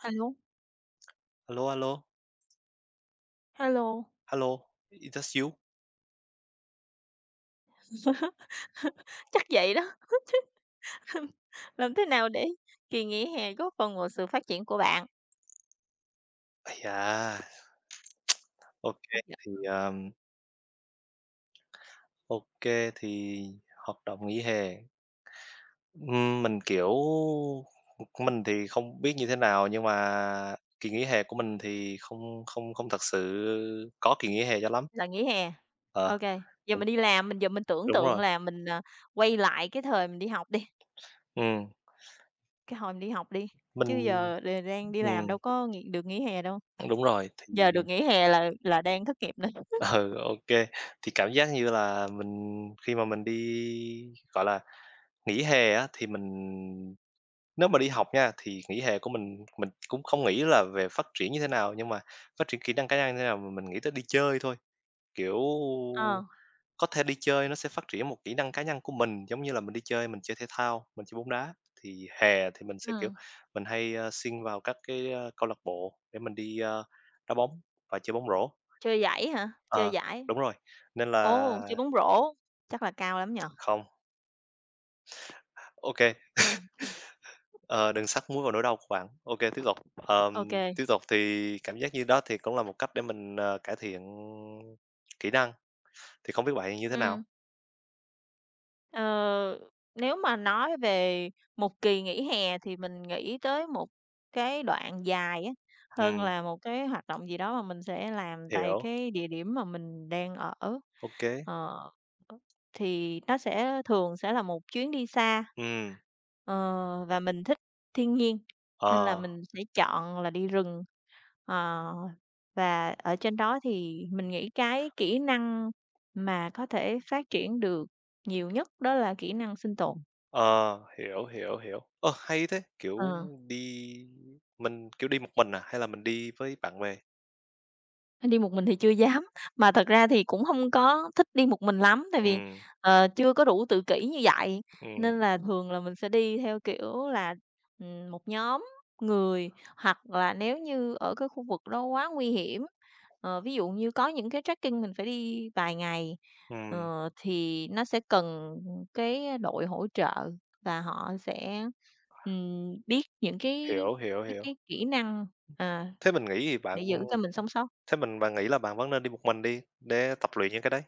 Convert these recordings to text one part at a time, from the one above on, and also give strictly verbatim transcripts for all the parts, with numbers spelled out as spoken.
Hello, Alo, alo, hello. hello, is that you? Chắc vậy đó. Làm thế nào để kỳ nghỉ hè góp phần vào sự phát triển của bạn? Yeah. da, OK, Công thì, ờm, OK, thì hợp đồng nghỉ hè, ừm, mình, kiểu, mình thì không biết như thế nào, nhưng mà kỳ nghỉ hè của mình thì không không không thật sự có kỳ nghỉ hè cho lắm. là nghỉ hè. Ờ, OK? Giờ mình mình đi làm, mình giờ mình tưởng đúng tượng rồi. là mình, à, quay lại cái thời mình đi học đi, Ừ, cái hồi mình đi học đi, chứ mình giờ đ đang đi làm ừm, đâu có nghỉ được nghỉ hè đâu, đúng rồi, thì giờ được nghỉ hè là là đang thất nghiệp nè. ừ, OK, thì cảm giác như là mình khi mà mình đi, gọi là nghỉ hè á thì mình nếu mà đi học nha, thì nghỉ hè của mình mình cũng không nghĩ là về phát triển như thế nào, nhưng mà phát triển kỹ năng cá nhân như thế nào mà mình nghĩ tới đi chơi thôi. Kiểu, Ờ, có thể đi chơi nó sẽ phát triển một kỹ năng cá nhân của mình, giống như là mình đi chơi, mình chơi thể thao, mình chơi bóng đá, thì hè thì mình sẽ, kiểu, ừm, mình hay, ơ, xin vào các cái, ơ, câu lạc bộ để mình đi, ơ, đá bóng và chơi bóng rổ. chơi giải hả? Chơi Ờ, giải, đúng rồi, nên ồ, là chơi bóng rổ, chắc là cao lắm nhỉ? không, ok. Ừm, Ờ, đừng sắc muối vào nỗi đau của bạn. OK, tiếp tục. ô Ờm, kê. tiếp tục thì cảm giác như đó thì cũng là một cách để mình, ờ, cải thiện kỹ năng, thì không biết bạn như thế nào? Ờ, nếu mà nói về một kỳ nghỉ hè thì mình nghĩ tới một cái đoạn dài á, hơn Ừm, là một cái hoạt động gì đó mà mình sẽ làm tại hiểu, cái địa điểm mà mình đang ở. OK. Kê. Ờ, thì nó sẽ thường sẽ là một chuyến đi xa. Ờ, và mình thích thiên nhiên Ờ, nên là mình sẽ chọn là đi rừng. Ờ, và ở trên đó thì mình nghĩ cái kỹ năng mà có thể phát triển được nhiều nhất đó là kỹ năng sinh tồn. ờ, hiểu, hiểu, hiểu. Ơ, hay thế! Kiểu, Ờ. đi mình, kiểu, đi một mình à, hay là mình đi với bạn bè? Đi một mình thì chưa dám, mà thật ra thì cũng hông có thích đi một mình lắm, tại vì, Ừm, ờ, chưa có đủ tự kỷ như vậy, ừm, nên là thường là mình sẽ đi theo kiểu là, ừm, một nhóm người, hoặc là nếu như ở cái khu vực đó quá nguy hiểm, ờ, ví dụ như có những cái trekking mình phải đi vài ngày, ừm, ờ, thì nó sẽ cần cái đội hỗ trợ và họ sẽ, ừm, biết những cái hiểu, hiểu, cái hiểu. cái kỹ năng, à, Thế mình nghĩ thì bạn. để giữ cho mình sống sót. Thế mình bạn nghĩ là bạn vẫn nên đi một mình đi để tập luyện những cái đấy.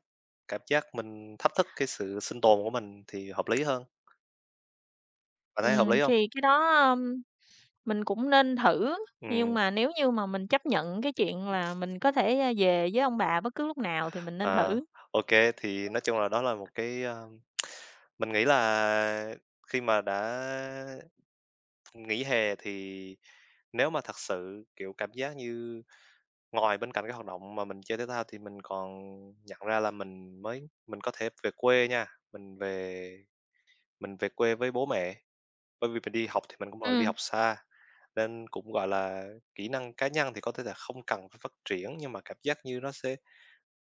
Cảm giác mình thách thức cái sự sinh tồn của mình thì hợp lý hơn. Bạn thấy hợp Ừm, lý không? thì cái đó, ưm, mình cũng nên thử, nhưng Ừm, mà nếu như mà mình chấp nhận cái chuyện là mình có thể, a, về với ông bà bất cứ lúc nào thì mình nên à, thử. ok, thì nói chung là đó là một cái, a, mình nghĩ là khi mà đã nghỉ hè thì nếu mà thật sự, kiểu, cảm giác như ngoài bên cạnh cái hoạt động mà mình chơi thể thao thì mình còn nhận ra là mình mới mình có thể về quê nha, mình về mình về quê với bố mẹ. Bởi vì mình đi học thì mình cũng, gọi là, đi Ừ, học xa, nên cũng, gọi là, kỹ năng cá nhân thì có thể là không cần phải phát triển, nhưng mà cảm giác như nó sẽ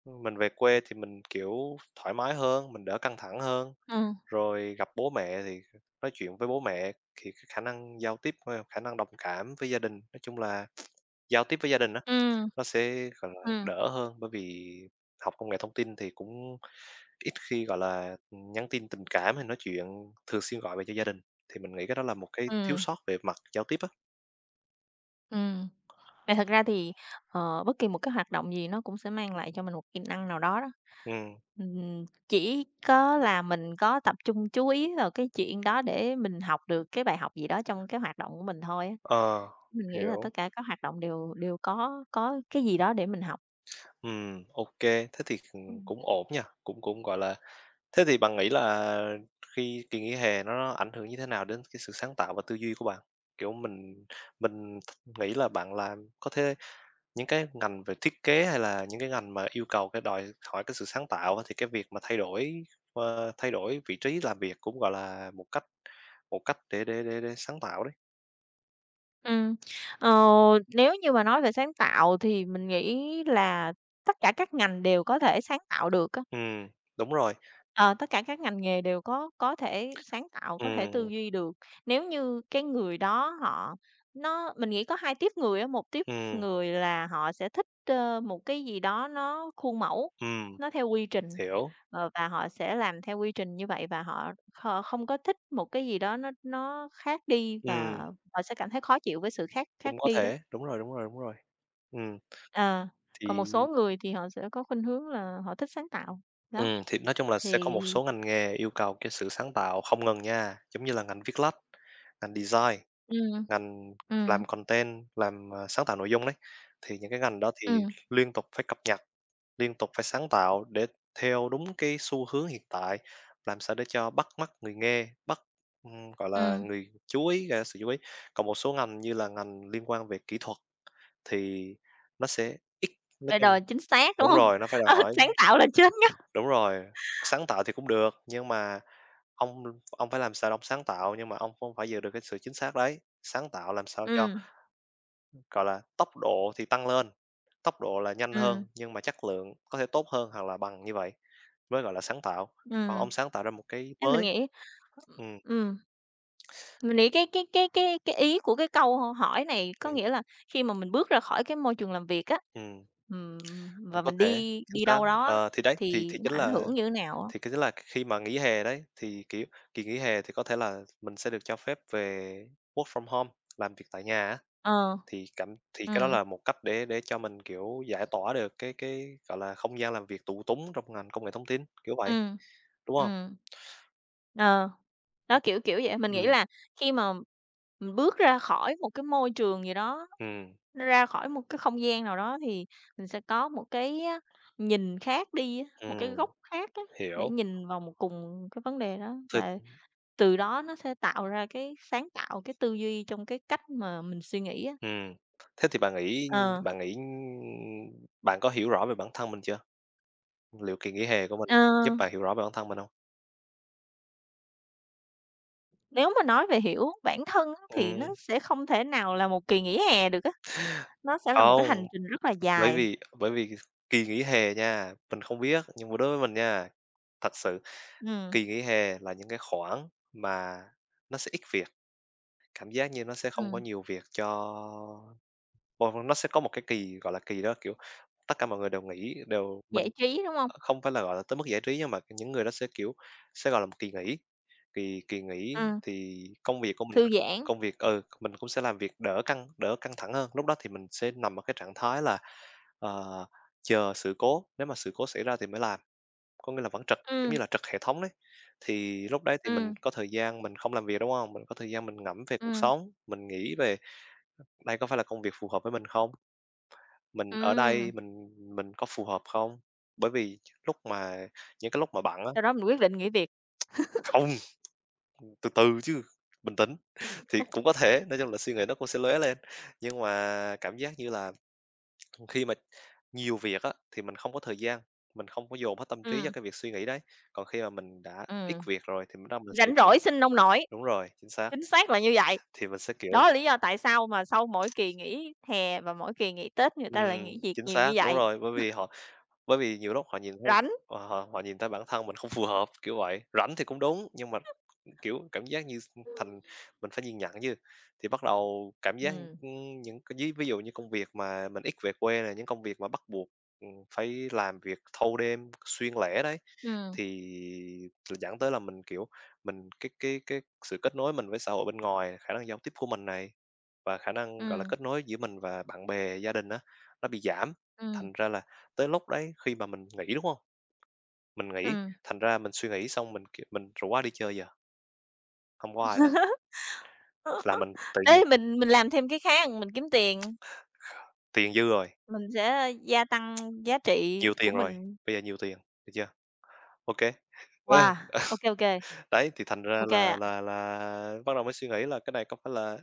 ừ, mình về quê thì mình, kiểu, thoải mái hơn, mình đỡ căng thẳng hơn, ừ, rồi gặp bố mẹ thì nói chuyện với bố mẹ thì cái khả năng giao tiếp, a, khả năng đồng cảm với gia đình, nói chung là giao tiếp với gia đình á, ừ, nó sẽ, gọi ừ, là, đỡ hơn. Bởi vì học công nghệ thông tin thì cũng ít khi, gọi là, nhắn tin tình cảm hay nói chuyện thường xuyên gọi về cho gia đình, thì mình nghĩ cái đó là một cái thiếu ừ, sót về mặt giao tiếp á. ừ. Mà thật ra thì, ờ, bất kỳ một cái hoạt động gì nó cũng sẽ mang lại cho mình một kỹ năng nào đó đó. Ừm, Ừm, chỉ có là mình có tập trung chú ý vào cái chuyện đó để mình học được cái bài học gì đó trong cái hoạt động của mình thôi á. ờ, Mình nghĩ là tất hiểu. cả các hoạt động đều đều có có cái gì đó để mình học. Ừm, ô, thế thì, ừm, cũng ổn nha, cũng cũng, gọi là, thế thì bạn nghĩ là khi kỳ nghỉ hè nó ảnh hưởng như thế nào đến cái sự sáng tạo và tư duy của bạn? Kiểu, mình mình nghĩ là bạn làm có thể những cái ngành về thiết kế hay là những cái ngành mà yêu cầu cái đòi hỏi cái sự sáng tạo á, thì cái việc mà thay đổi, ờ, thay đổi vị trí làm việc cũng, gọi là, một cách một cách để để để để sáng tạo đấy. Ừ. ờ, nếu như mà nói về sáng tạo thì mình nghĩ là tất cả các ngành đều có thể sáng tạo được á. Ừm, đúng rồi. Ờ, tất cả các ngành nghề đều có có thể sáng tạo, có thể tư Ừm, duy được. Nếu như cái người đó họ nó mình nghĩ có hai tiếp người á, một tiếp ừm, người là họ sẽ thích, ơ, một cái gì đó nó khuôn mẫu, ừm, nó theo quy trình, hiểu. ờ, và họ sẽ làm theo quy trình như vậy và họ kh không có thích một cái gì đó nó nó khác đi và Ừm, họ sẽ cảm thấy khó chịu với sự khác khác cũng có đi đó. thể, đúng rồi, đúng rồi, đúng rồi. Ừm, Ờ, còn một thì số người thì họ sẽ có khuynh hướng là họ thích sáng tạo, đó, ừm, thì nói chung là sẽ thì, có một số ngành nghề yêu cầu cái sự sáng tạo không ngừng nha, giống như là ngành viết lách, ngành design. ừm, Ngành ừm, làm content, làm, ờ, sáng tạo nội dung đấy, thì những cái ngành đó thì ừm, liên tục phải cập nhật, liên tục phải sáng tạo để theo đúng cái xu hướng hiện tại, làm sao để cho bắt mắt người nghe, bắt, ừm, gọi là, ừm, người chú ý, gây ra sự chú ý. Còn một số ngành như là ngành liên quan về kỹ thuật thì nó sẽ ít, nói phải chung đòi chính xác, đúng đúng không? rồi, nó phải đòi Ừ, hỏi sáng tạo là chết á. đúng rồi, sáng tạo thì cũng được, nhưng mà ông ông phải làm sao để ông sáng tạo, nhưng mà ông không phải giữ được cái sự chính xác đấy, sáng tạo làm sao cho Ừm, gọi là, tốc độ thì tăng lên, tốc độ là nhanh ừm, hơn, nhưng mà chất lượng có thể tốt hơn hoặc là bằng như vậy mới gọi là sáng tạo. Còn ừm. ông sáng tạo ra một cái Thế mình mới. nghĩ, Ừm, ừm, mình nghĩ cái cái cái cái cái ý của cái câu hỏi này có ừm, nghĩa là khi mà mình bước ra khỏi cái môi trường làm việc á, ừm, ừm, và cũng có mình thể, đi chính đi xác. đâu đó Ờ, thì đấy, thì thì thì nó chính ảnh là hưởng như thế nào á? thì cái chính là khi mà nghỉ hè đấy, thì, kiểu, kỳ nghỉ hè thì có thể là mình sẽ được cho phép về work from home, làm việc tại nhà á, Ờ. thì cảm thì cái đó Ừm, là một cách để để cho mình, kiểu, giải tỏa được cái cái, gọi là, không gian làm việc tù túng trong ngành công nghệ thông tin, kiểu vậy, ừm, đúng không? ừm. Ờ. Đó, kiểu, kiểu vậy. Mình nghĩ Ừm, là khi mà mình bước ra khỏi một cái môi trường gì đó, ừm. ra khỏi một cái không gian nào đó thì mình sẽ có một cái á, nhìn khác đi á, một cái Ừm, góc khác á, để hiểu. nhìn vào một cùng cái vấn đề đó Thế và từ đó nó sẽ tạo ra cái sáng tạo, cái tư duy trong cái cách mà mình suy nghĩ á. ừm, thế thì bạn nghĩ Ờ, bạn nghĩ bạn có hiểu rõ về bản thân mình chưa? Liệu kỳ nghỉ hè của ờ, mình giúp bạn hiểu rõ về bản thân mình hông? nếu mà nói về hiểu bản thân á, thì nó Ừm, sẽ không thể nào là một kỳ nghỉ hè được á, nó sẽ là một cái hành không, trình rất là bởi dài. vì bởi vì kỳ nghỉ hè nha, mình không biết, nhưng mà đối với mình nha, thật sự Ừm, kỳ nghỉ hè là những cái khoảng mà nó sẽ ít việc, cảm giác như nó sẽ không ừm, có nhiều việc cho. Ồ, nó sẽ có một cái kỳ, gọi là, kỳ đó, kiểu, tất cả mọi người đều nghỉ, đều giải mình trí, đúng không? ờ, không phải là, gọi là, tới mức giải trí nhưng mà những người đó sẽ, kiểu, sẽ, gọi là, một kỳ nghỉ. Kỳ kỳ nghỉ Ừm. thì công việc của mình Thư nó giãn. công việc ừ, mình cũng sẽ làm việc đỡ căng đỡ căng thẳng hơn. Lúc đó thì mình sẽ nằm ở cái trạng thái là, ờ, chờ sự cố, nếu mà sự cố xảy ra thì mới làm, có nghĩa là vẫn trực, giống như Ừm, là trực hệ thống đấy. Thì lúc đấy thì mình ừm, có thời gian mình không làm việc, đúng không? Mình có thời gian mình ngẫm về cuộc ừm, sống, mình nghĩ về đây có phải là công việc phù hợp với mình không? Mình ở ừm, đây mình mình có phù hợp không? Bởi vì lúc mà những cái lúc mà bận á, sau đó mình quyết định nghỉ việc. không, từ từ chứ, bình tĩnh, thì cũng có thể, nói chung là suy nghĩ nó cũng sẽ lóe lên. Nhưng mà cảm giác như là khi mà nhiều việc á, thì mình không có thời gian, mình không có dồn hết tâm trí cho Ừm, cái việc suy nghĩ đấy. Còn khi mà mình đã ít ừm, việc rồi thì mình bắt đầu mình suy rảnh nghĩ rỗi sinh nông nổi, đúng rồi, chính xác, chính xác là như vậy. thì mình sẽ, kiểu Đó là lý do tại sao mà sau mỗi kỳ nghỉ hè và mỗi kỳ nghỉ Tết người ta lại ừm, nghỉ việc chính nhiều như xác, đúng vậy, rồi, bởi vì họ bởi vì nhiều lúc họ nhìn thấy, rảnh. ờ, họ họ nhìn thấy bản thân mình không phù hợp, kiểu vậy. Rảnh thì cũng đúng, nhưng mà kiểu, cảm giác như thành mình phải nhìn nhận chứ. Thì bắt đầu cảm giác, Ừm, ưm, những cái ví ví dụ như công việc mà mình ít về quê nè, những công việc mà bắt buộc, ừm, phải làm việc thâu đêm, xuyên lẻ đấy, ừm, thì dẫn tới là mình, kiểu, mình cái cái cái sự kết nối mình với xã hội bên ngoài, khả năng giao tiếp của mình này, và khả năng, gọi là, ừm, kết nối giữa mình và bạn bè, gia đình á, nó bị giảm. ừm, Thành ra là tới lúc đấy khi mà mình nghỉ, đúng không, mình nghỉ, ừm. thành ra mình suy nghĩ xong mình, kiểu, mình rủ ai đi chơi giờ? Hông có ai hết. Là mình tự nhiên Đấy, mình mình làm thêm cái khác, mình kiếm tiền, tiền dư rồi, mình sẽ gia tăng giá trị nhiều của tiền rồi, mình. bây giờ nhiều tiền, được chưa? Ok. Ờ, Wow, ô kê, ô kê, đấy, thì thành ô ra kê là ạ. là là bắt đầu mới suy nghĩ là cái này có phải là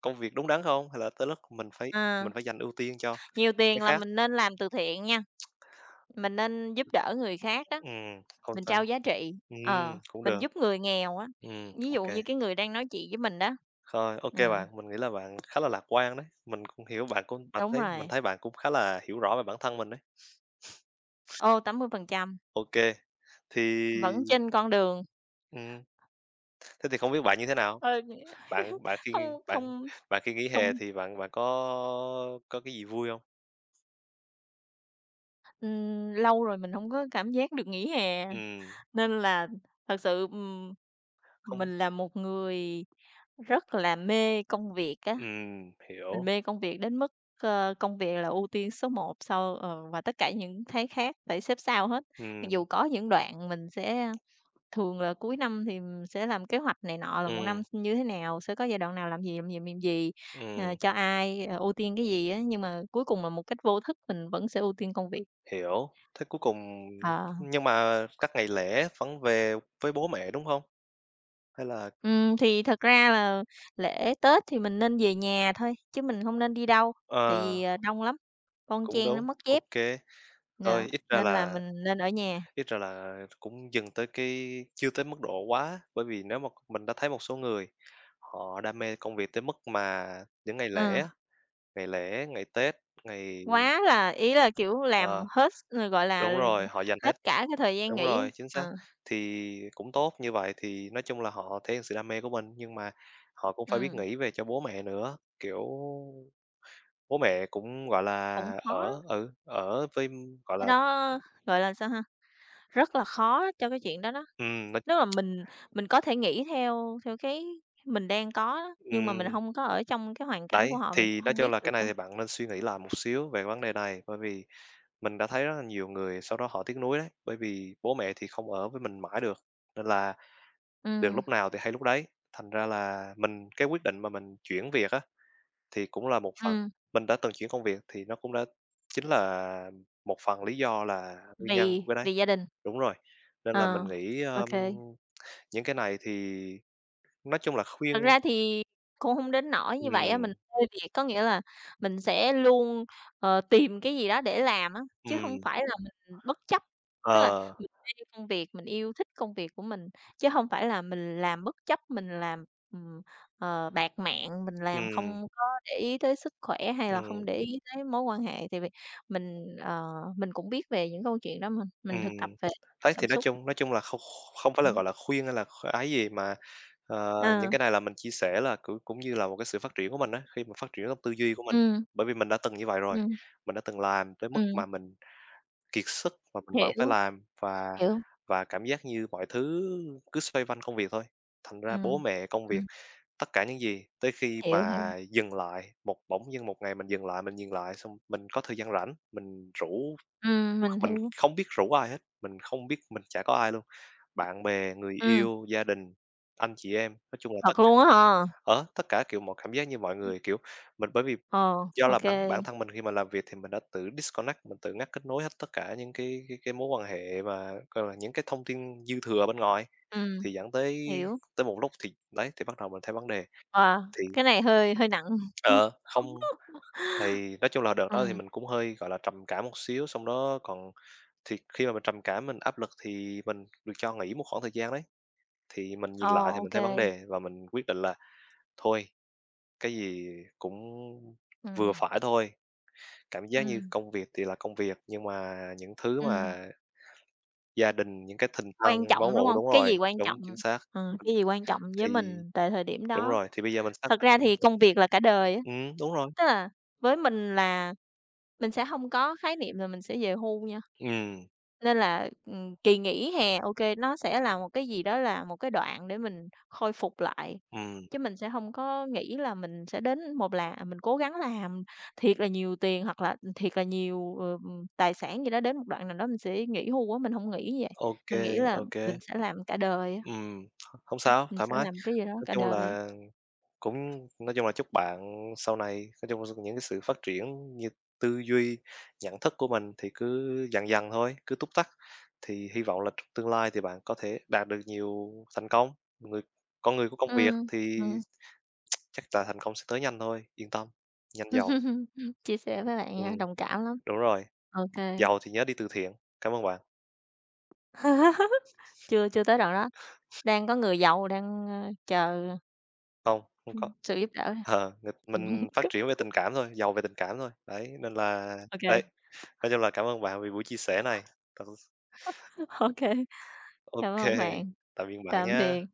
công việc đúng đắn không? Hay là tới lúc mình phải Ờ. mình phải dành ưu tiên cho Nhiều tiền cái là khác? mình nên làm từ thiện nha, mình nên giúp đỡ người khác á, Ừm, không mình trao sao. giá trị, ờ, Ừm, cũng mình được. giúp người nghèo á, Ừm, ví ô, dụ như cái người đang nói chuyện với mình đó. thôi, ok Ờ, bạn, mình nghĩ là bạn khá là lạc quan đấy, mình cũng hiểu bạn cũng bạn đúng thấy mình rồi, thấy bạn cũng khá là hiểu rõ về bản thân mình đấy. ô, tám mươi phần trăm Ok, vẫn thì trên con đường, ừm, thế thì không biết bạn như thế nào? ờ, Bạn bạn khi không bạn không bạn khi nghỉ hè không thì bạn bạn có có cái gì vui không? ừm, lâu rồi mình không có cảm giác được nghỉ hè, Ừm, nên là thật sự, ừm, không mình là một người rất là mê công việc á. ừm, Mình hiểu, mê công việc đến mức, ơ, công việc là ưu tiên số một sau ờ, và tất cả những cái khác phải xếp sau hết. Mặc ừm, dù có những đoạn mình sẽ thường là cuối năm thì mình sẽ làm kế hoạch này nọ là một ừm, năm như thế nào, sẽ có giai đoạn nào làm gì, làm gì, làm gì, ờ, ừm, cho ai, ờ, ưu tiên cái gì á, nhưng mà cuối cùng là một cách vô thức mình vẫn sẽ ưu tiên công việc. hiểu. Thế cuối cùng Ờ. nhưng mà các ngày lễ vẫn về với bố mẹ, đúng không? Hay là Ừm, thì thật ra là lễ Tết thì mình nên về nhà thôi, chứ mình không nên đi đâu, tại ờ, vì, ờ, đông lắm, bon cũng chen nó đúng, mất dép. ok. Nè, Thôi ít ra nên là là mình nên ở nhà. ít ra là cũng dừng tới cái chưa tới mức độ quá, bởi vì nếu mà mình đã thấy một số người họ đam mê công việc tới mức mà những ngày lễ Ờ, á, ngày lễ, ngày Tết, ngày. quá là ý là, kiểu, làm Ờ, hết s gọi là, đúng rồi, họ dành hết hết cả cái thời gian đúng nghỉ rồi, chính xác. ờ, Thì cũng tốt, như vậy thì nói chung là họ thể hiện sự đam mê của mình, nhưng mà họ cũng phải biết ừm, nghĩ về cho bố mẹ nữa, kiểu, bố mẹ cũng, gọi là, cũng khó đó. ở ừ, ở với gọi Cái là, đó, gọi là, sao ha, rất là khó cho cái chuyện đó đó. ừm, nói Nếu mà mình mình có thể nghĩ theo theo cái mình đang có đó, nhưng mà mình ừm, không có ở trong cái hoàn cảnh đấy, của họ, mình thì nói không chung biết là được cái này đâu. thì bạn nên suy nghĩ lại một xíu về vấn đề này, bởi vì mình đã thấy rất là nhiều người sau đó họ tiếc nuối đấy, bởi vì bố mẹ thì không ở với mình mãi được, nên là được Ừm. lúc nào thì hay lúc đấy. Thành ra là mình cái quyết định mà mình chuyển việc á thì cũng là một phần Ừm, mình đã từng chuyển công việc thì nó cũng đã chính là một phần lý do là nguyên nhân của vì cái đấy. vì gia đình, Đúng rồi, nên ờ, là mình nghĩ, ô ờm, kê. những cái này thì nói chung là khuyên Thật ra thì cũng hông đến nỗi như vậy á, ừm, mình hơi việc, có nghĩa là mình sẽ luôn, ờ, tìm cái gì đó để làm á, chứ hông ừm, phải là mình bất chấp. Tức là ờ, mình yêu công việc, mình yêu thích công việc của mình, chứ hông phải là mình làm bất chấp, mình làm, ừm, ờ, bạt mạng, mình làm ừm, không có để ý tới sức khỏe hay là không ừm, để ý tới mối quan hệ. Tại vì mình, ờ, mình cũng biết về những câu chuyện đó mà, mình thực tập ừm. về Đấy, cảm thì nói xúc. chung nói chung là không không phải là, Ừm, gọi là, khuyên hay là kh ấy gì mà, ờ, những ờ. cái này là mình chia sẻ là cũng cũng như là một cái sự phát triển của mình á, khi mà phát triển trong tư duy của mình. Ừm, Bởi vì mình đã từng như vậy rồi, ừm, mình đã từng làm tới mức ừm, mà mình kiệt sức mà mình vẫn phải hiểu, làm và hiểu, và cảm giác như mọi thứ cứ xoay quanh công việc thôi. Thành ra bố ừm, mẹ, công việc, ừm, tất cả những gì tới khi hiểu, hiểu, mà dừng lại, một bỗng dưng một ngày mình dừng lại, mình nhìn lại xong mình có thời gian rảnh, mình rủ ừm, mình mình hiểu, không biết rủ ai hết, mình không biết mình chả có ai luôn, bạn bè, người ừm, yêu, gia đình, anh chị em, nói chung là tất thật cả, luôn á ha? ở tất cả, kiểu, một cảm giác như mọi người, kiểu, mình bởi vì Ờ, do ô là bản kê, bản thân mình khi mà làm việc thì mình đã tự disconnect, mình tự ngắt kết nối hết tất cả những cái cái cái mối quan hệ và, gọi là, những cái thông tin dư thừa bên ngoài, ừm, thì dẫn tới hiểu, tới một lúc thì đấy, thì bắt đầu mình thấy vấn đề. wow, Thì cái này hơi hơi nặng. ờ, không thì nói chung là đợt đó thì Ừm, mình cũng hơi, gọi là, trầm cảm một xíu, xong đó còn thì khi mà mình trầm cảm, mình áp lực thì mình được cho nghỉ một khoảng thời gian đấy. Thì mình ờ, nhìn lại thì ô mình thấy vấn kê, đề và mình quyết định là thôi, cái gì cũng vừa ừm, phải thôi. Cảm giác như ừm, công việc thì là công việc, nhưng mà những thứ ừm, mà gia đình, những cái tình thân, quan máu trọng, đúng mủ hông? đúng Cái rồi, gì quan trọng, đúng, chính xác. ờ, cái Ừm, gì quan trọng với mình thì tại thời điểm đúng đó. rồi, thì bây giờ mình xác Thật ra định thì công việc là cả đời á, ừm, đúng rồi. tức là với mình là mình sẽ hông có khái niệm là mình sẽ về hưu nha. Ừm, Nên là, ừm, kỳ nghỉ hè, ok nó sẽ là một cái gì đó là một cái đoạn để mình khôi phục lại, ừm, chứ mình sẽ không có nghĩ là mình sẽ đến một là mình cố gắng làm thiệt là nhiều tiền hoặc là, thiệt là nhiều, ờ, ừm, tài sản gì đó, đến một đoạn nào đó mình sẽ nghỉ hưu á, mình không nghĩ như vậy. ô Mình kê, nghĩ là ô kê. mình sẽ làm cả đời á, Ừm, h không sao, mình thoải sẽ mái. làm cái gì đó Nói cả chung đời á. là cũng nói chung là chúc bạn sau này nói chung là những cái sự phát triển như tư duy, nhận thức của mình thì cứ dần dần thôi, cứ túc tắc, thì hy vọng là trong tương lai thì bạn có thể đạt được nhiều thành công. Người con người của công việc Ừm, thì chắc là thành công sẽ tới nhanh thôi, yên tâm, nhanh giàu. Chia sẻ với bạn nha, Ừm, đồng cảm lắm. đúng rồi, OK. giàu thì nhớ đi từ thiện. Cảm ơn bạn. Chưa chưa tới đoạn đó, đang có người giàu đang, ơ, chờ, Không, không có. Ừm, sự giúp đỡ nè. Ờ, ng mình phát triển về tình cảm thôi, giàu về tình cảm thôi. Đấy, nên là Ô kê. đấy, nói chung là cảm ơn bạn vì buổi chia sẻ này. Thật Ô kê, cảm OK, ơn bạn. tạm biệt bạn Tạm nhé. biệt.